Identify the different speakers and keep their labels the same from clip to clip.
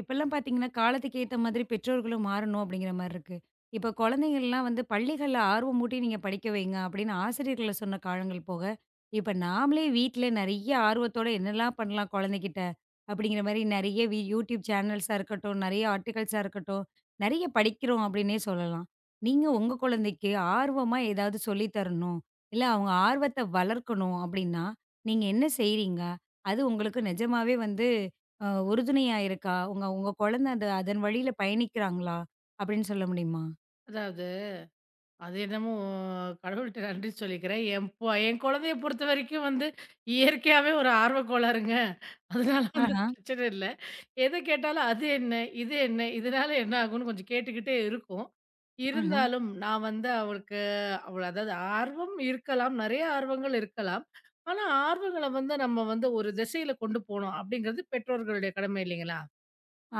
Speaker 1: இப்பல்லாம் பார்த்தீங்கன்னா, காலத்துக்கு ஏத்த மாதிரி பெற்றோர்களும் மாறணும் அப்படிங்கிற மாரி இருக்கு. இப்ப குழந்தைங்கள்லாம் வந்து பள்ளிகள்ல ஆர்வம் மூட்டி நீங்க படிக்க வைங்க அப்படின்னு ஆசிரியர்கள சொன்ன காலங்கள் போக, இப்ப நாமளே வீட்ல நெறைய ஆர்வத்தோட என்னலாம் பண்ணலாம் குழந்தைகிட்ட, அப்படிங்கிற மாரி நெறைய YouTube சேனல்ஸா இருக்கட்டும், நெறைய ஆர்டிகல்ஸா இருக்கட்டும், நெறைய படிக்கிறோம் அப்படின்னே சொல்லலாம். நீங்க உங்க குழந்தைக்கு ஆர்வமா ஏதாவது சொல்லி தரணும், இல்ல அவங்க ஆர்வத்த வளர்க்கணும் அப்படின்னா, நீங்க என்ன செய்றீங்க? அது உங்களுக்கு நிஜமாவே வந்து உறுதுணையா இருக்கா? உங்க உங்க குழந்தை அதன் வழியில பயணிக்கிறாங்களா? அப்படின்னு சொல்ல முடியுமா?
Speaker 2: அதாவது, அது என்னமோ கடவுள்ட்ட நன்றி சொல்லிக்கிறேன். என் குழந்தைய பொறுத்தவரைக்கும் வந்து இயற்கையாவே ஒரு ஆர்வக் கோளாறுங்க. அதனால வந்து
Speaker 1: ஆஹா,
Speaker 2: பிரச்சனை இல்ல. எத கேட்டாலும் அது என்ன? இது என்ன? இதனால என்ன ஆகும்ன்னு கொஞ்சம் கேட்டுக்கிட்டே இருக்கும்.
Speaker 1: ம்ஹ்ம்.
Speaker 2: இருந்தாலும் நான் வந்து அவளுக்கு அவள் அதாவது ஆர்வம் இருக்கலாம். நெறைய ஆர்வங்கள் இருக்கலாம். ஆனா, ஆர்வங்கள வந்து நம்ம வந்து ஒரு திசையில கொண்டு போணும். அப்படிங்கிறது பெற்றோர்களுடைய கடமை இல்லைங்களா?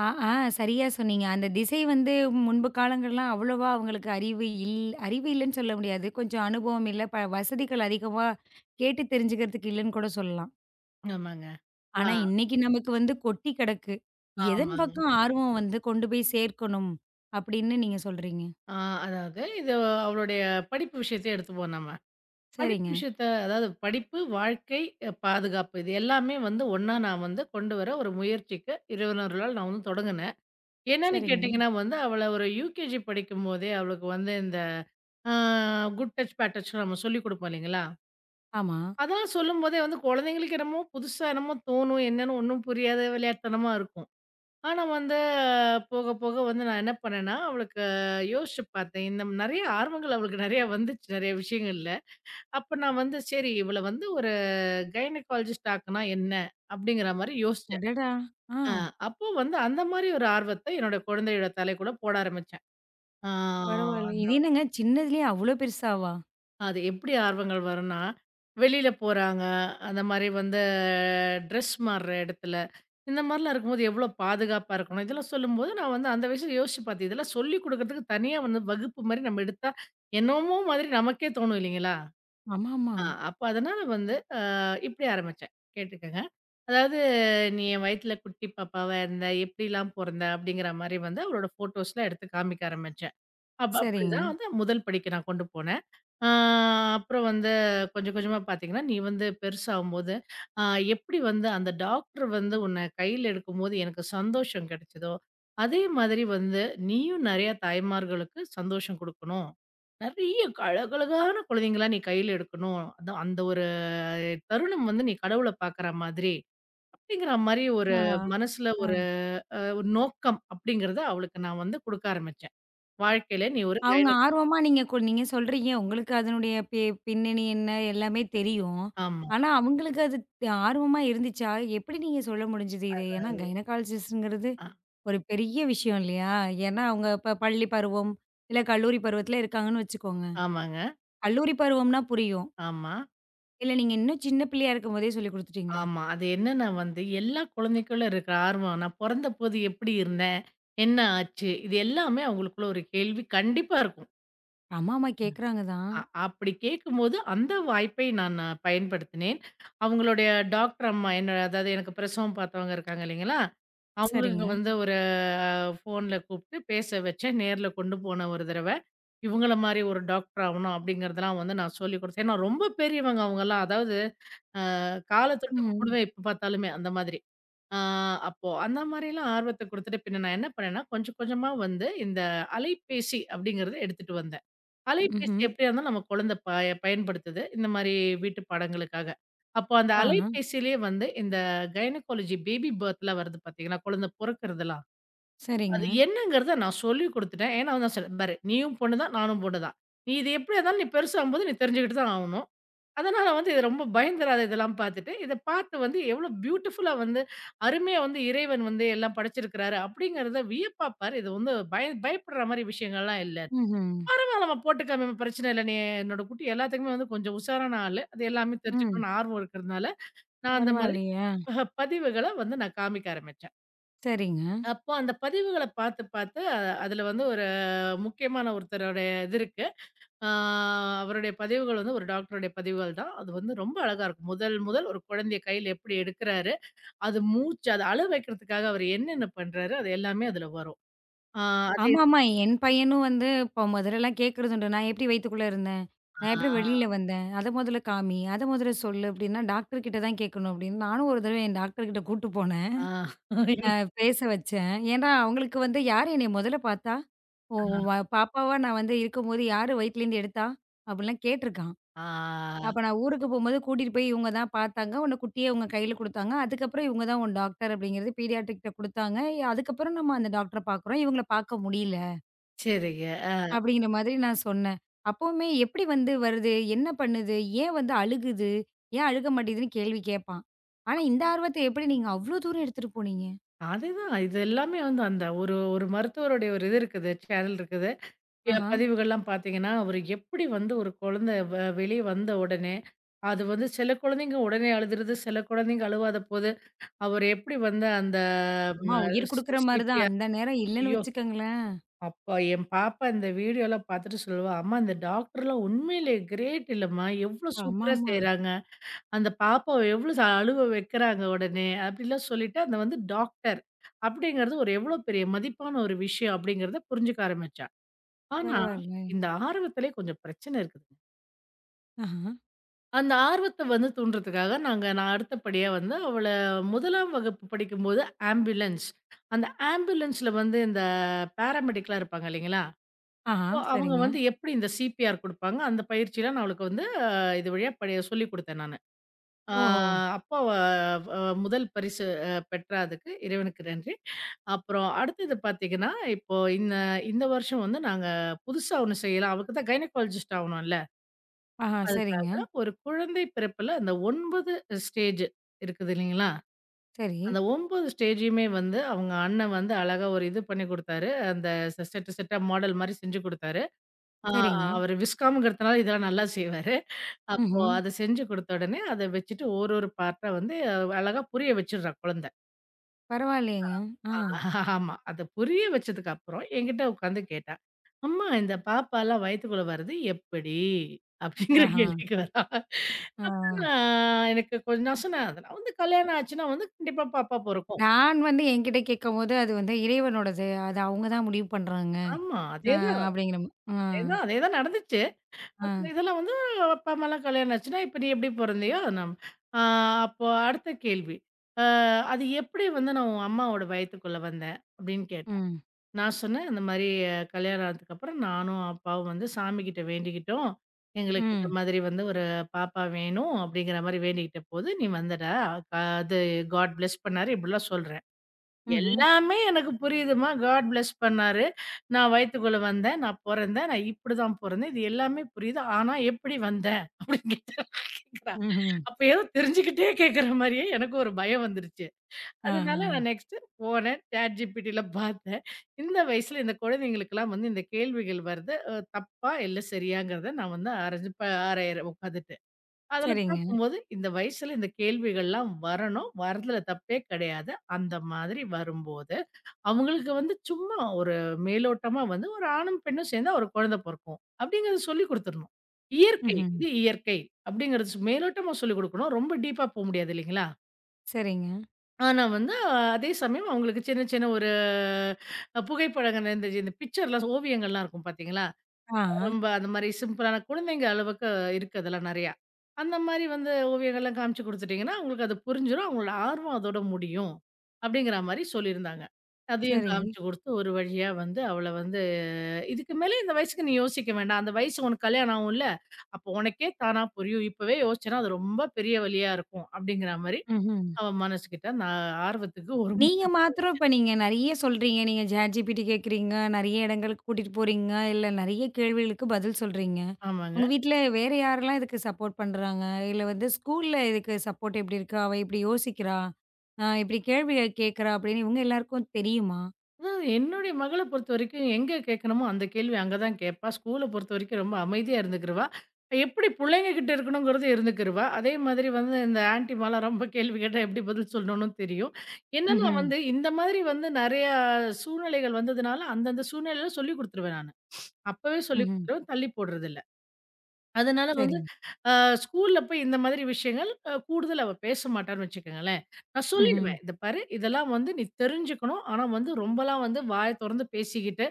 Speaker 1: ஆ, ஆ, சரியா சொன்னீங்க. அந்த திசை வந்து முன்பு காலங்கள்லாம் அவ்வளவா அவங்களுக்கு அறிவு இல்லன்னு சொல்ல முடியாது. கொஞ்சம் அனுபவம் இல்ல. வசதிகள் அதிகமா கேட்டு தெரிஞ்சுக்கிறதுக்கு இல்லன்னு கூட சொல்லலாம்.
Speaker 2: ஆமாங்க. ஆ,
Speaker 1: ஆனா, இன்னைக்கு நமக்கு வந்து கொட்டி கிடக்கு. எதன்
Speaker 2: ஆமாங்க.
Speaker 1: பக்கம் ஆர்வம் வந்து கொண்டு போய் சேர்க்கணும் அப்படின்னு நீங்க சொல்றீங்க.
Speaker 2: ஆ அதாவது இது அவளுடைய படிப்பு விஷயத்த எடுத்துப்போம் நம்ம. படிப்பு
Speaker 1: சரிங்க,
Speaker 2: விஷயத்த அதாவது படிப்பு, வாழ்க்கை, பாதுகாப்பு இது எல்லாமே வந்து ஒண்ணா நான் வந்து கொண்டு வர ஒரு முயற்சிக்கு 21 நாள் நான் வந்து தொடங்குனேன். என்னன்னு
Speaker 1: சரிங்க.
Speaker 2: கேட்டிங்கன்னா வந்து, அவள ஒரு யூகேஜி படிக்கும்போதே அவளுக்கு வந்து இந்த ஆ குட் டச், பேட் டச்ன்னு நம்ம சொல்லிக் குடுப்போம் இல்லைங்களா?
Speaker 1: ஆமா.
Speaker 2: அதெல்லாம் சொல்லும்போதே வந்து குழந்தைங்களுக்கு என்னமோ புதுசா என்னமோ தோணும். என்னன்னு ஒண்ணும் புரியாத விளையாட்டுத்தனமா இருக்கும். ஆனா வந்து போக, போக வந்து நான் என்ன பண்ணேன்னா, அவளுக்கு யோசிச்சு பார்த்தேன். இந்த நெறைய ஆர்வங்கள் அவளுக்கு நெறைய வந்துச்சு, நெறைய விஷயங்கள்ல. அப்ப நான் வந்து சரி இவள வந்து ஒரு கைனகாலஜிஸ்ட் ஆக்குனா என்ன? அப்படிங்கிற மாரி யோசிச்சேன்.
Speaker 1: அடடா! ஆ.
Speaker 2: ஆ அப்போ வந்து அந்த மாரி ஒரு ஆர்வத்த என்னோட குழந்தையோட தலைக்குள்ள போட ஆரம்பிச்சேன். ஆ.
Speaker 1: பரவால்ல. இது என்னங்க சின்னதுலயே அவ்ளோ பெருசாவா?
Speaker 2: அது எப்படி ஆர்வங்கள் வரும்னா, வெளியில போறாங்க, அந்த மாரி வந்து ட்ரெஸ் மாறுற இடத்துல, இந்த மாரிலாம் இருக்கும்போது எவ்வளோ பாதுகாப்பா இருக்கணும். இதெல்லாம் சொல்லும்போது நான் வந்து அந்த வயசுல யோசிச்சு பார்த்தேன். இதெல்லாம் சொல்லிக் குடுக்கறதுக்கு தனியா வந்து வகுப்பு மாரி நம்ம எடுத்தா, என்னமோ மாதிரி நமக்கே தோணும் இல்லைங்களா?
Speaker 1: ஆமாமா.
Speaker 2: அப்ப அதனால வந்து இப்படி ஆரம்பிச்சேன். கேட்டுக்கங்க. அதாவது "நீ என் வயித்துல குட்டி பாப்பாவா இருந்த, எப்படிலாம் பொறந்த?" அப்படிங்கிற மாரி வந்து அவளோட ஃபோட்டோஸ்லாம் எடுத்து காமிக்க ஆரம்பிச்சேன். அப்ப அப்படிதான்
Speaker 1: சரிங்க.
Speaker 2: வந்து முதல் படிக்கு நான் கொண்டு போனேன். ஆ அப்புறம் வந்து கொஞ்சம் கொஞ்சமா பார்த்தீங்கன்னா, நீ வந்து பெருசாகும்போது, ஆ எப்படி வந்து அந்த டாக்டர் வந்து உன்ன கையில எடுக்கும்போது எனக்கு சந்தோஷம் கிடைச்சதோ, அதே மாதிரி வந்து நீயும் நெறைய தாய்மார்களுக்கு சந்தோஷம் குடுக்கணும். நெறைய அழகழகான குழந்தைங்களா நீ கையில எடுக்கணும். அதான் அந்த ஒரு தருணம் வந்து நீ கடவுள பார்க்குற மாதிரி, அப்படிங்கிற மாரி ஒரு
Speaker 1: ஆஹா.
Speaker 2: மனசுல
Speaker 1: ஆ.
Speaker 2: ஒரு ஒரு நோக்கம் அப்படிங்கிறத அவளுக்கு நான் வந்து குடுக்க ஆரம்பிச்சேன். வாழ்க்கையில நீ ஒரு
Speaker 1: அவங்க ஆர்வமா நீங்க சொல்றீங்க. உங்களுக்கு அதனுடைய பின்னணி என்ன? எல்லாமே தெரியும்.
Speaker 2: ஆமா.
Speaker 1: ஆனா, அவங்களுக்கு அது ஆர்வமா இருந்துச்சா? எப்படி நீங்க சொல்ல முடிஞ்சது இது? ஏன்னா கைனகாலஜிஸ்ட்ங்கிறது
Speaker 2: அ
Speaker 1: ஒரு பெரிய விஷயம் இல்லையா? ஏன்னா அவங்க இப்ப பள்ளி பருவம், இல்ல கல்லூரி பருவத்துல இருக்காங்கன்னு வச்சுக்கோங்க.
Speaker 2: ஆமாங்க.
Speaker 1: கல்லூரி பருவம்னா புரியும்.
Speaker 2: ஆமா,
Speaker 1: இல்ல நீங்க இன்னும் சின்ன பிள்ளையா இருக்கும்போதே சொல்லிக் குடுத்துட்டீங்களா?
Speaker 2: ஆமா. அது என்னன்னா வந்து எல்லா குழந்தைக்குள்ள இருக்கிற ஆர்வம், நான் பொறந்தபோது எப்படி இருந்தேன்? என்ன ஆச்சு? இது எல்லாமே அவங்களுக்குள்ள ஒரு கேள்வி கண்டிப்பா இருக்கும்.
Speaker 1: அம்மா, அம்மா கேட்கறாங்க தான்.
Speaker 2: அ அப்படி கேட்கும்போது அந்த வாய்ப்பை நான் பயன்படுத்தினேன். அவங்களுடைய டாக்டர் அம்மா என்ன அதாவது எனக்கு பிரசவம் பார்த்தவங்க இருக்காங்க இல்லைங்களா? அவங்களுக்கு
Speaker 1: சரிங்க.
Speaker 2: வந்து ஒரு ஃபோன்ல கூப்பிட்டு பேச வச்சேன். நேர்ல கொண்டு போனேன் ஒரு தடவ. இவங்கள மாரி ஒரு டாக்டர் ஆவணும் அப்படிங்கிறதெல்லாம் வந்து நான் சொல்லிக் குடுத்தேன். ஏன்னா ரொம்ப பெரியவங்க அவங்கலாம். அதாவது கால தொட்டு
Speaker 1: ம்.
Speaker 2: கும்பிடுவேன் எப்ப பார்த்தாலுமே அந்த மாதிரி. ஆ அப்போ அந்த மாரிலாம் ஆர்வத்த குடுத்துட்டு, பின்ன நான் என்ன பண்ணேன்னா, கொஞ்சம் கொஞ்சமா வந்து இந்த அலைபேசி அப்படிங்கிறத எடுத்துட்டு வந்தேன். அலைபேசி
Speaker 1: ம்ஹ்ம்.
Speaker 2: எப்படியா இருந்தாலும் நம்ம குழந்தை பயன்படுத்துது. இந்த மாரி வீட்டு பாடங்களுக்காக. அப்போ அந்த
Speaker 1: ஆஹா,
Speaker 2: அலைபேசியிலேயே வந்து இந்த கைனகாலஜி பேபி பர்த்லாம் வருது பார்த்தீங்களா, குழந்தை பொறக்கிறதெல்லாம். அது
Speaker 1: சரிங்க.
Speaker 2: என்னங்கிறத நான் சொல்லிக் குடுத்துட்டேன். ஏன்னா நான் சொன்னேன், "பாரு நீயும் பொண்ணு தான், நானும் பொண்ணு தான். நீ இது எப்படியா இருந்தாலும் நீ பெருசாகும்போது நீ தெரிஞ்சுக்கிட்டு தான் ஆவணும்." அதனால வந்து இது ரொம்ப பயந்துராத இதெல்லாம் பார்த்துட்டு, இத பார்த்து வந்து எவ்ளோ பியூட்டிஃபுல்லா வந்து அருமையா வந்து இறைவன் வந்து எல்லாம் படைச்சிருக்கிறாரு அப்படிங்கிறத வியப்பா பாரு. இது வந்து பயப்படுற மாரி விஷயங்கள்லாம் இல்ல.
Speaker 1: ம்ஹ்ம்.
Speaker 2: பரவால்ல நம்ம போட்டுக்கலாமே பிரச்சனை இல்ல. நீ என்னோட குட்டி எல்லாத்துக்குமே வந்து கொஞ்சம் உஷாரான ஆளு. அது எல்லாமே
Speaker 1: ம்.
Speaker 2: தெரிஞ்சுக்கணும்னு ஆர்வம் இருக்கிறதுனால, நான் அந்த மாதிரி
Speaker 1: பரவாயில்லையே!
Speaker 2: பதிவுகள வந்து நான் காமிக்க ஆரம்பிச்சேன்.
Speaker 1: சரிங்க.
Speaker 2: அப்போ அந்த பதிவுகள பார்த்து பார்த்து அதில வந்து ஒரு முக்கியமான ஒருத்தருடைய இது இருக்கு. ஆ அவருடைய பதிவுகள் வந்து ஒரு டாக்டருடைய பதிவுகள் தான். அது வந்து ரொம்ப அழகா இருக்கும். முதல் முதல் ஒரு குழந்தைய கையில எப்படி எடுக்குறாரு, அது மூச்சு அத அழ வைக்கிறதுக்காக அவர் என்னென்ன பண்றாரு, அது எல்லாமே அதுல வரும். ஆ அதே
Speaker 1: ஆமாமா. என் பையனும் வந்து இப்போ முதல்லலாம் கேட்கறது உண்டு. "நான் எப்படி வயித்துக்குள்ள இருந்தேன்?
Speaker 2: ஆ
Speaker 1: நான் எப்படி வெளியில வந்தேன்? அத முதல்ல காமி. அத முதல்ல சொல்லு." அப்படின்னா, டாக்டர் கிட்ட தான் கேட்கணும் அப்படின்னு நானும் ஒரு தடவ என் டாக்டர் கிட்ட கூட்டு போனேன்.
Speaker 2: ஆ
Speaker 1: அ பேச வச்சேன். ஏன்னா, அவங்களுக்கு வந்து யார் என்னைய முதல்ல பார்த்தா? "ஓ! உன்
Speaker 2: ஆ
Speaker 1: பாப்பாவா நான் வந்து இருக்கும்போது யாரு வயித்துலேருந்து எடுத்தா?" அப்படிலாம் கேட்டுருக்கான்.
Speaker 2: ஆ
Speaker 1: அப்ப நான் ஊருக்கு போம்போது கூட்டிட்டு போய் இவங்க தான் பார்த்தாங்க. உன்ன குட்டியா இவங்க கையில குடுத்தாங்க. அதுக்கப்புறம் இவங்க தான் உன் டாக்டர் அப்படிங்கிறது பீடியாட்ரிக்ட்ட குடுத்தாங்க. அதுக்கப்புறம் நம்ம அந்த டாக்டர பார்க்குறோம். இவங்கள பார்க்க முடியல.
Speaker 2: சரிங்க. ஆ
Speaker 1: அப்படிங்கிற மாதிரி நான் சொன்னேன். அப்பவுமே எப்படி வந்து வருது? என்ன பண்ணுது? ஏன் வந்து அழுகுது? ஏன் அழுக மாட்டேங்குதுன்னு கேள்வி கேட்பான். ஆனா இந்த ஆர்வத்த எப்படி நீங்க அவ்ளோ தூரம் எடுத்துட்டு போனீங்க?
Speaker 2: அதுதான் இது எல்லாமே வந்து அந்த ஒரு ஒரு மருத்துவருடைய ஒரு இது இருக்குது, சேனல் இருக்குது.
Speaker 1: ஆஹா.
Speaker 2: பதிவுகள்லாம் பார்த்தீங்கன்னா, அவரு எப்படி வந்து ஒரு குழந்தை வெளிய வந்த உடனே, அது வந்து சில குழந்தைங்க உடனே அழுதுருது, சில குழந்தைங்க அழுவாத போது அவர் எப்படி வந்து அந்த
Speaker 1: அம்மா
Speaker 2: ம
Speaker 1: உயிர்
Speaker 2: சி
Speaker 1: குடுக்குற மாரி தான்.
Speaker 2: சிபிஆர்
Speaker 1: அந்த நேரம் இல்லன்னு
Speaker 2: ஐயோ!
Speaker 1: வச்சுக்கங்களேன்.
Speaker 2: அப்பா என் பாப்பா இந்த வீடியோலாம் பார்த்துட்டு சொல்லுவா, "அம்மா இந்த டாக்டர்லாம் உண்மையிலே கிரேட் இல்லம்மா! எவ்ளோ சூப்பரா
Speaker 1: ஆமாமா.
Speaker 2: செய்றாங்க. அந்த பாப்பாவ எவ்ளோ அழுவ வைக்கிறாங்க உடனே." அப்படிலாம் சொல்லிட்டு அந்த வந்து டாக்டர் அப்படிங்கிறது ஒரு எவ்ளோ பெரிய மதிப்பான ஒரு விஷயம் அப்படிங்கிறத புரிஞ்சுக்க ஆரம்பிச்சா. ஆனா,
Speaker 1: பரவாயில்ல.
Speaker 2: இந்த ஆர்வத்திலே கொஞ்சம் பிரச்சனை இருக்குது.
Speaker 1: ஆஹா.
Speaker 2: அந்த ஆர்வத்த வந்து தூண்டுறதுக்காக நான் அடுத்தபடியா வந்து அவள 1ஆம் வகுப்பு படிக்கும்போது ஆம்புலன்ஸ். அந்த ஆம்புலன்ஸ்ல வந்து இந்த பேராமெடிக்லாம் இருப்பாங்க இல்லைங்களா?
Speaker 1: ஆஹா.
Speaker 2: அப்போ அவங்க
Speaker 1: சரிங்க.
Speaker 2: வந்து எப்படி இந்த சிபிஆர் குடுப்பாங்க, அந்த பயிற்சிலாம் நான் அவளுக்கு வந்து இது வழியா படி சொல்லிக் குடுத்தேன் நானு. ஆ
Speaker 1: ஓஹோ!
Speaker 2: அப்போ அவ அ முதல் பரிசு பெற்றா அதுக்கு. இறைவனுக்கு நன்றி. அப்புறம் அடுத்தது பார்த்தீங்கன்னா, இப்போ இந்த இந்த வருஷம் வந்து நாங்க புதுசா ஒண்ணு செய்யலாம். அவளுக்கு தான் கைனகாலஜிஸ்ட் ஆவணும்ல.
Speaker 1: ஆஹா. சரிங்க.
Speaker 2: அதுக்காக ஒரு குழந்தை பிறப்புல அந்த 9 ஸ்டேஜ் இருக்குது இல்லைங்களா?
Speaker 1: சரி.
Speaker 2: அந்த 9 ஸ்டேஜையுமே வந்து அவங்க அண்ணன் வந்து அழகா ஒரு இது பண்ணி குடுத்தாரு. அந்த செட்டு செட்டா மாடல் மாரி செஞ்சு குடுத்தாரு. ஆ
Speaker 1: சரிங்க.
Speaker 2: அவரு விஸ்காம்ங்கிறதுனால இதெல்லாம் நல்லா செய்வாரு. அப்போ
Speaker 1: ம்ஹ்ம்.
Speaker 2: அத செஞ்சு குடுத்த உடனே அத வச்சுட்டு ஒரு ஒரு பார்ட்டா வந்து அழகா புரிய வச்சுடுறா குழந்தை.
Speaker 1: பரவாயில்லையேங்க. ஆ.
Speaker 2: ஆமா. அத புரிய வச்சதுக்கு அப்புறம் என்கிட்ட உட்காந்து கேட்டா, "அம்மா இந்த பாப்பாலாம் வயித்துக்குள்ள வர்றது எப்படி?" அப்படிங்கிற
Speaker 1: ஆஹா.
Speaker 2: கேள்விக்கு வரா.
Speaker 1: ஆ.
Speaker 2: ஆ எனக்கு கொஞ்சம் நான் சொன்னேன், அதெல்லாம் வந்து கல்யாணம் ஆச்சுன்னா வந்து கண்டிப்பா பாப்பா பொறக்கும்.
Speaker 1: நான் வந்து என்கிட்ட கேட்கும்போது, அது வந்து இறைவனோடது. அது அவங்க தான் முடிவு பண்றாங்க.
Speaker 2: ஆமா.
Speaker 1: ஆ.
Speaker 2: அதேதான்,
Speaker 1: அப்படிங்கிற மா ஆ,
Speaker 2: அதேதான், அதேதான் நடந்துச்சு.
Speaker 1: ஆ.
Speaker 2: அது இதெல்லாம் வந்து அப்பா, அம்மாலாம் கல்யாணம் ஆச்சுன்னா, இப்ப நீ எப்படி பொறந்தியோ நம் ஆ அப்போ அடுத்த கேள்வி. "அ அது எப்படி வந்து நான் உன் அம்மாவோட வயித்துக்குள்ள வந்தேன்?" அப்படின்னு கேட்டா.
Speaker 1: ம்.
Speaker 2: நான் சொன்னேன், "இந்த மாரி கல்யாணம் ஆனதுக்கு அப்புறம் நானும், அப்பாவும் வந்து சாமிகிட்ட வேண்டிக்கிட்டோம். எங்களுக்கு இந்த
Speaker 1: ம்.
Speaker 2: மாதிரி வந்து ஒரு பாப்பா வேணும்." அப்படிங்கிற மாரி வேண்டிக்கிட்ட போது, "நீ வந்தடா. க அது காட் பிளெஸ் பண்ணாரு." இப்படிலாம் சொல்றேன்.
Speaker 1: ம்ஹ்ம்.
Speaker 2: எல்லாமே எனக்கு புரியுதும்மா. காட் பிளெஸ் பண்ணாரு. நான் வயித்துக்குள்ள வந்தேன். நான் பொறந்தேன். நான் இப்படிதான் பொறந்தேன். இது எல்லாமே புரியுது. ஆனா எப்படி வந்தேன்? அப்படின்னு கேட்கிறா.
Speaker 1: ம்ஹ்ம்.
Speaker 2: அப்ப ஏதோ தெரிஞ்சுக்கிட்டே கேட்கிற மாரியே எனக்கு ஒரு பயம் வந்துருச்சு.
Speaker 1: ஆ,
Speaker 2: அதனால
Speaker 1: ஆ.
Speaker 2: நான் நெக்ஸ்ட் போனேன். சாட் ஜிபிடில பார்த்தேன். இந்த வயசுல இந்த குழந்தைங்களுக்கெல்லாம் வந்து இந்த கேள்விகள் வருது. தப்பா இல்ல சரியாங்கிறத நான் வந்து அரஞ்சு ப ஆராயறேன் உட்காந்துட்டு. அதுல
Speaker 1: சரிங்க.
Speaker 2: பார்க்கும்போது இந்த வயசுல இந்த கேள்விகள்லாம் வரணும். வரதுல தப்பே கிடையாது. அந்த மாதிரி வரும்போது அவங்களுக்கு வந்து சும்மா ஒரு மேலோட்டமா வந்து ஒரு ஆணும், பெண்ணும் சேர்ந்தா ஒரு குழந்தை பொறக்கும். அப்படிங்கிறத சொல்லிக் குடுத்துறணும். இயற்கை,
Speaker 1: ம்ஹ்ம்.
Speaker 2: இது இயற்கை அப்படிங்கிறது மேலோட்டமா சொல்லிக் குடுக்கணும். ரொம்ப டீப்பா போ முடியாது இல்லைங்களா?
Speaker 1: சரிங்க.
Speaker 2: ஆனா வந்து அதே சமயம் அவங்களுக்கு சின்ன சின்ன ஒரு புகைப்படங்கள் இந்த இந்த பிக்சர்லாம் ஓவியங்கள்லாம் இருக்கும் பார்த்தீங்களா?
Speaker 1: ஆஹா.
Speaker 2: ரொம்ப அந்த மாரி சிம்பிளான குழந்தைங்க அளவுக்கு இருக்கு அதெல்லாம் நெறையா. அந்த மாரி வந்து ஓவியங்கள்லாம் காமிச்சு குடுத்துட்டீங்கன்னா, அவங்களுக்கு அது புரிஞ்சிரும். அவங்களோட ஆர்வம் அதோட முடியும். அப்படிங்கிற மாரி சொல்லியிருந்தாங்க. அதையும்
Speaker 1: சரி.
Speaker 2: காமிச்சு குடுத்து ஒரு வழியா வந்து அவள வந்து இதுக்கு மேல இந்த வயசுக்கு நீ யோசிக்க வேண்டாம். அந்த வயசு உனக்கு கல்யாணம் ஆகும்ல, அப்போ உனக்கே தானா புரியும். இப்பவே யோசிச்சேன்னா அது ரொம்ப பெரிய வலியா இருக்கும். அப்படிங்கிற மாரி
Speaker 1: ம்ஹ்ம்.
Speaker 2: அவ மனசுகிட்ட நான் ஆர்வத்துக்கு ஒரு
Speaker 1: நீங்க மாத்திரம் இப்ப நீங்க நெறைய சொல்றீங்க. நீங்க ChatGPT கேட்குறீங்க, நெறைய இடங்களுக்கு கூட்டிட்டு போறீங்க, இல்ல நெறைய கேள்விகளுக்கு பதில் சொல்றீங்க.
Speaker 2: ஆமாங்க.
Speaker 1: உங்க வீட்ல வேற யாரெல்லாம் இதுக்கு சப்போர்ட் பண்றாங்க? இல்ல வந்து ஸ்கூல்ல இதுக்கு சப்போர்ட் எப்படி இருக்கு? அவ இப்படி யோசிக்கிறா, இப்படி கேள்விய கேட்கிறா அப்படின்னு இவங்க எல்லாருக்கும் தெரியுமா?
Speaker 2: அதான் என்னுடைய மகள பொறுத்தவரைக்கும் எங்க கேட்கணுமோ அந்த கேள்வி அங்க தான் கேட்பா. ஸ்கூல பொறுத்தவரைக்கும் ரொம்ப அமைதியா இருந்துக்கிருவா. எப்படி புள்ளைங்க கிட்ட இருக்கணுங்கிறது இருந்துக்கிருவா. அதே மாதிரி வந்து இந்த ஆன்டிமாலாம் ரொம்ப கேள்வி கேட்டா எப்படி பதில் சொல்லணும்னு தெரியும். என்னன்னா
Speaker 1: ம்ஹ்ம்.
Speaker 2: வந்து இந்த மாதிரி வந்து நெறையா சூழ்நிலைகள் வந்ததுனால, அந்தந்த சூழ்நிலையில சொல்லிக் குடுத்துருவேன் நானு. அப்பவே சொல்லிக்
Speaker 1: ம்ஹ்ம்.
Speaker 2: குடுத்துருவேன். தள்ளி போடுறதில்ல. அதனால வந்து,
Speaker 1: சரிங்க.
Speaker 2: அ ஸ்கூல்ல போய் இந்த மாதிரி விஷயங்கள் கூடுதல் அவ பேச மாட்டான்னு வச்சுக்கோங்களேன். நான்
Speaker 1: ம்ஹ்ம்.
Speaker 2: சொல்லிடுவேன். "இத பாரு, இதெல்லாம் வந்து நீ தெரிஞ்சுக்கணும். ஆனா வந்து ரொம்பலாம் வந்து வாய தொறந்து பேசிக்கிட்டு,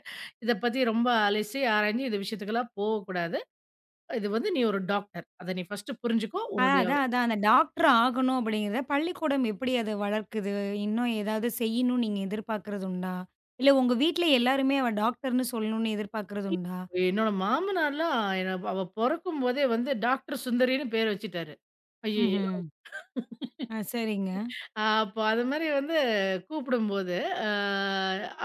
Speaker 2: இத பத்தி ரொம்ப அலசி, ஆராய்ஞ்சு இந்த விஷயத்துக்கெல்லாம் போகக்கூடாது. இது வந்து நீ ஒரு டாக்டர். அத நீ ஃபர்ஸ்ட்டு புரிஞ்சுக்கோ. உன்னுடைய"
Speaker 1: அதான், அதான். அந்த டாக்டர் ஆகணும் அப்படிங்கிறத பள்ளிக்கூடம் எப்படி அத வளர்க்குது? இன்னும் ஏதாவது செய்யணும்னு நீங்க எதிர்பார்க்கிறது உண்டா? இல்ல உங்க வீட்ல எல்லாருமே அவ டாக்டர்ன்னு சொல்லணும்னு எதிர்பார்க்கிறது உண்டா?
Speaker 2: என்னோட மாமனார்லாம் என்ன அவ பொறக்கும்போதே வந்து டாக்டர் சுந்தரின்னு பேர் வச்சுட்டாரு. ஐயய்யோ!
Speaker 1: ம்ஹ்ம். ஆ, சரிங்க,
Speaker 2: அப்போ அது மாரி வந்து கூப்பிடும்போது, அ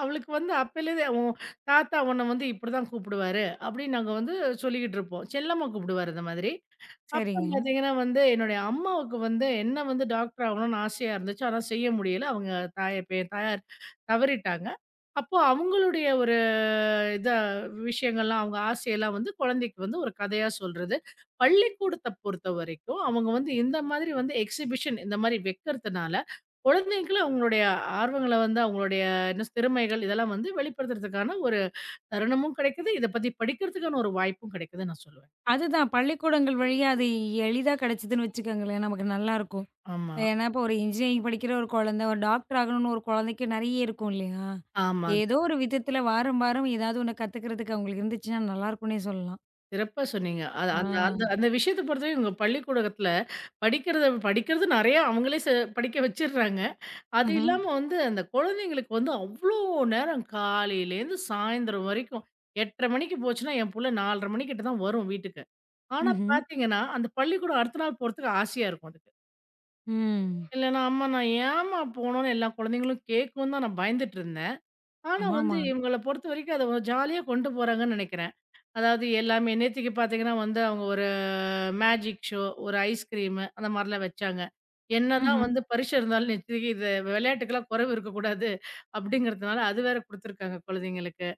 Speaker 2: அவளுக்கு வந்து அப்பலேருந்தே "உன் தாத்தா உன்ன வந்து இப்படிதான் கூப்பிடுவாரு" அப்படின்னு நாங்க வந்து சொல்லிக்கிட்டு இருப்போம். செல்லம்மா கூப்பிடுவாரு அந்த மாதிரி. அப்புறம்
Speaker 1: சரிங்க.
Speaker 2: பார்த்தீங்கன்னா வந்து, என்னுடைய அம்மாவுக்கு வந்து என்ன வந்து டாக்டர் ஆகணும்னு ஆசையா இருந்துச்சு. ஆனா செய்ய முடியல. அவங்க தாயார் தவறிட்டாங்க. அப்போ அவங்களுடைய ஒரு இதா விஷயங்கள்லாம், அவங்க ஆசையெல்லாம் வந்து குழந்தைக்கு வந்து ஒரு கதையா சொல்றது. பள்ளிக்கூடத்த பொறுத்தவரைக்கும், அவங்க வந்து இந்த மாதிரி வந்து எக்ஸிபிஷன் இந்த மாரி வைக்கிறதுனால, குழந்தைகள அவங்களுடைய ஆர்வங்கள வந்து அவங்களுடைய என்ன திறமைகள் இதெல்லாம் வந்து வெளிப்படுத்துறதுக்கான ஒரு தருணமும் கிடைக்குது. இத பத்தி படிக்கிறதுக்கான ஒரு வாய்ப்பும் கிடைக்குதுன்னு நான் சொல்லுவேன்.
Speaker 1: அதுதான் பள்ளிக்கூடங்கள் வழியா அது எளிதா கிடைச்சதுன்னு வச்சுக்கோங்களேன், நமக்கு நல்லாருக்கும்.
Speaker 2: ஆமா.
Speaker 1: ஏன்னா, இப்போ ஒரு இன்ஜினியரிங் படிக்கிற ஒரு குழந்தை, ஒரு டாக்டர் ஆகணும்னு ஒரு குழந்தைக்கு நெறைய இருக்கும் இல்லையா?
Speaker 2: ஆமாங்க.
Speaker 1: ஏதோ ஒரு விதத்தில வாரம், வாரம் ஏதாவது ஒண்ணு கத்துக்கிறதுக்கு அவங்களுக்கு இருந்துச்சுன்னா நல்லாருக்கும்னே சொல்லலாம்.
Speaker 2: சிறப்பா சொன்னீங்க. அது
Speaker 1: ஆ.
Speaker 2: அந்த அந்த அந்த விஷயத்த பொறுத்தவரைக்கும் உங்க பள்ளிக்கூடத்துல படிக்கிறது நெறையா அவங்களே படிக்க வச்சுடுறாங்க. அது
Speaker 1: ம்ஹ்ம்,
Speaker 2: இல்லாம வந்து அந்த குழந்தைங்களுக்கு வந்து அவ்ளோ நேரம் காலையிலேருந்து சாயந்தரம் வரைக்கும் 8:30 மணிக்கு போச்சுன்னா, என் புள்ள 4:30 மணிக்கிட்ட தான் வரும் வீட்டுக்கு. ஆனா
Speaker 1: ம்ஹ்ம்,
Speaker 2: பார்த்தீங்கன்னா, அந்த பள்ளிக்கூடம் அடுத்த நாள் போறதுக்கு ஆசையா இருக்கும் அதுக்கு.
Speaker 1: ம்.
Speaker 2: இல்லன்னா, ஆமா நான் ஏம்மா போனோம்னு எல்லா குழந்தைங்களும் கேட்கும் தான் நான் பயந்துட்டுருந்தேன். ஆனா வந்து
Speaker 1: ஆமாமா.
Speaker 2: இவங்கள பொறுத்தவரைக்கும் அத ஜாலியா கொண்டு போறாங்கன்னு நெனைக்கிறேன். அதாவது எல்லாமே நேத்திக்கு பார்த்தீங்கன்னா வந்து அவங்க ஒரு மேஜிக் ஷோ, ஒரு ஐஸ்கிரீமு அந்த மாரிலாம் வச்சாங்க. என்னதான்
Speaker 1: ம்ஹ்ம்.
Speaker 2: வந்து பரிசு இருந்தாலும் நேத்திக்கு இது விளையாட்டுக்கெல்லாம் குறைவு இருக்கக்கூடாது அப்படிங்கிறதுனால அது வேற குடுத்துருக்காங்க குழந்தைங்களுக்கு.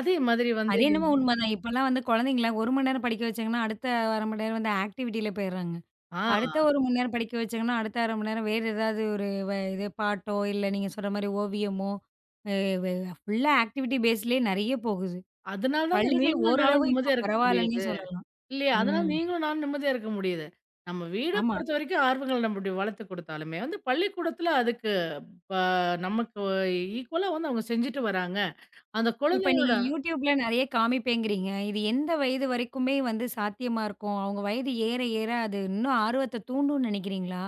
Speaker 2: அதே மாதிரி வந்து
Speaker 1: அது என்னமோ உண்மதான். இப்பலாம் வந்து குழந்தைங்கள 1 மணி நேரம் படிக்க வச்சாங்கன்னா, அடுத்த 1/2 மணி நேரம் வந்து ஆக்டிவிட்டில போயிர்றாங்க.
Speaker 2: ஆ
Speaker 1: அடுத்த 1 மணி நேரம் படிக்க வச்சாங்கன்னா, அடுத்த 1/2 மணி நேரம் வேறு ஏதாவது ஒரு இது பாட்டோ, இல்ல நீங்க சொல்ற மாரி ஓவியமோ, அ வெ ஃபுல்லா ஆக்டிவிட்டி பேஸ்லயே நெறைய போகுது.
Speaker 2: அதனால தாங்க
Speaker 1: பள்ளிகள்
Speaker 2: நீங்களும் நானும்
Speaker 1: ஓரளவு இப்ப
Speaker 2: நிம்மதியா இருக்க
Speaker 1: பரவாயில்லன்னே
Speaker 2: முடியுது.
Speaker 1: சொல்லலாம்.
Speaker 2: இல்லையா? அதனால
Speaker 1: ம்.
Speaker 2: நீங்களும் நானும் நிம்மதியா இருக்க முடியுது. நம்ம வீட
Speaker 1: ஆமா.
Speaker 2: பொறுத்தவரைக்கும் ஆர்வங்கள் நம்மடி வளர்த்து குடுத்தாலுமே வந்து பள்ளிக்கூடத்துல அதுக்கு ப நமக்கு ஈக்குவலா வந்து அவங்க செஞ்சுட்டு வராங்க. அந்த
Speaker 1: இப்ப நீங்க
Speaker 2: குழந்தைகளோட
Speaker 1: YouTubeல நெறைய காமிப்பேங்கிறீங்க. இது எந்த வயது வரைக்குமே வந்து சாத்தியமா இருக்கும்? அவங்க வயது ஏற ஏற அது இன்னும் ஆர்வத்த தூண்டும்னு நெனைக்கிறீங்களா?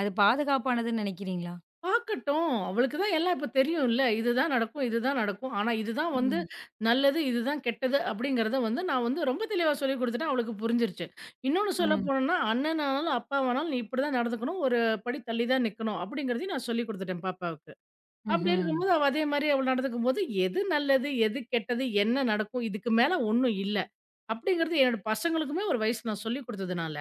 Speaker 1: அது பாதுகாப்பானதுன்னு நெனைக்கிறீங்களா?
Speaker 2: பார்க்கட்டும். அவளுக்கு தான் எல்லாம் இப்ப தெரியும்ல. இதுதான் நடக்கும், இதுதான் நடக்கும். ஆனா இதுதான் வந்து
Speaker 1: ம்.
Speaker 2: நல்லது, இதுதான் கெட்டது அப்படிங்கிறத வந்து நான் வந்து ரொம்ப தெளிவா சொல்லிக் குடுத்துட்டேன். அவளுக்கு புரிஞ்சிருச்சு. இன்னொன்னு சொல்லப்
Speaker 1: ம்.
Speaker 2: போனோம்னா, அண்ணனானாலும், அப்பாவானாலும் நீ இப்படிதான் நடந்துக்கணும். ஒரு படி தள்ளி தான் நிக்கணும் அப்படிங்கிறதையும் நான் சொல்லிக் குடுத்துட்டேன் பாப்பாவுக்கு. அப்படி
Speaker 1: ம்ஹ்ம்.
Speaker 2: இருக்கும்போது, அவ அதே மாரி அவள் நடந்துக்கும்போது, எது நல்லது? எது கெட்டது? என்ன நடக்கும்? இதுக்கு மேல ஒண்ணும் இல்ல. அப்படிங்கிறது என்னோட பசங்களுக்குமே ஒரு வயசு நான் சொல்லிக் குடுத்ததுனால,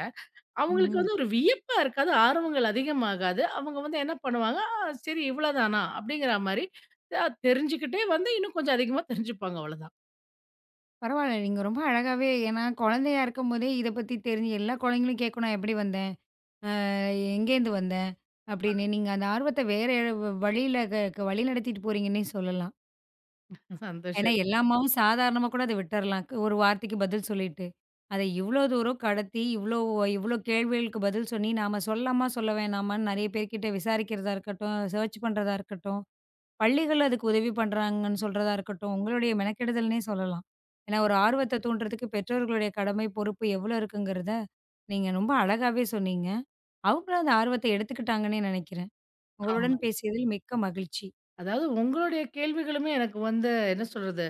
Speaker 2: அவங்களுக்கு
Speaker 1: ம்.
Speaker 2: வந்து ஒரு வியப்பா இருக்காது. ஆர்வங்கள் அதிகமாகாது. அவங்க வந்து என்ன பண்ணுவாங்க, சரி இவ்வளதானா?" அப்படிங்கிற மாரி தெரிஞ்சுக்கிட்டே வந்து, இன்னும் கொஞ்சம் அதிகமா தெரிஞ்சுப்பாங்க. அவ்வளதான்.
Speaker 1: பரவால்ல. நீங்க ரொம்ப அழகாவே, ஏன்னா குழந்தையா இருக்கும்போதே இத பத்தி தெரிஞ்சு எல்லா குழந்தைங்களும் கேட்கும். நான் எப்படி வந்தேன்? அ எங்கேருந்து வந்தேன்? அப்படின்னு நீங்க அந்த ஆர்வத்த வேற வழியில க க- வழி நடத்திட்டு போறீங்கன்னே சொல்லலாம். ஏன்னா
Speaker 2: சந்தோஷம்.
Speaker 1: எல்லா அம்மாவும் சாதாரணமா கூட அத விட்டறலாம். ஒரு வார்த்தைக்கு பதில் சொல்லிட்டு. அத இவ்ளோ தூரம் கடத்தி, இவ்ளோ இவ்ளோ கேள்விகளுக்கு பதில் சொல்லி நாம சொல்லாமா? சொல்ல வேணாமான்னு நெறைய பேர்கிட்ட விசாரிக்கிறதா இருக்கட்டும், சர்ச் பண்றதா இருக்கட்டும். பள்ளிகள் அதுக்கு உதவி பண்றாங்கன்னு சொல்றதா இருக்கட்டும், உங்களுடைய மெனக்கெடுதல்னே சொல்லலாம். ஏன்னா, ஒரு ஆர்வத்த தூண்டுறதுக்கு பெற்றோர்களுடைய கடமை, பொறுப்பு எவ்ளோ இருக்குங்கிறத நீங்க ரொம்ப அழகாவே சொன்னீங்க. அவங்களும் அந்த ஆர்வத்த எடுத்துக்கிட்டாங்கன்னே நெனைக்கிறேன்.
Speaker 2: ஆமா.
Speaker 1: உங்களுடன் பேசியதில் மிக்க மகிழ்ச்சி.
Speaker 2: அதாவது உங்களுடைய கேள்விகளுமே எனக்கு வந்து என்ன சொல்றது?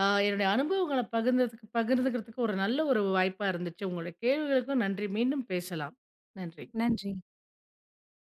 Speaker 2: என்னுடைய அனுபவங்கள பகிர்ந்துக்கிறதுக்கு ஒரு நல்ல ஒரு வாய்ப்பா இருந்துச்சு. உங்களுடைய கேள்விகளுக்கும் நன்றி. மீண்டும் பேசலாம். நன்றி.
Speaker 1: நன்றி.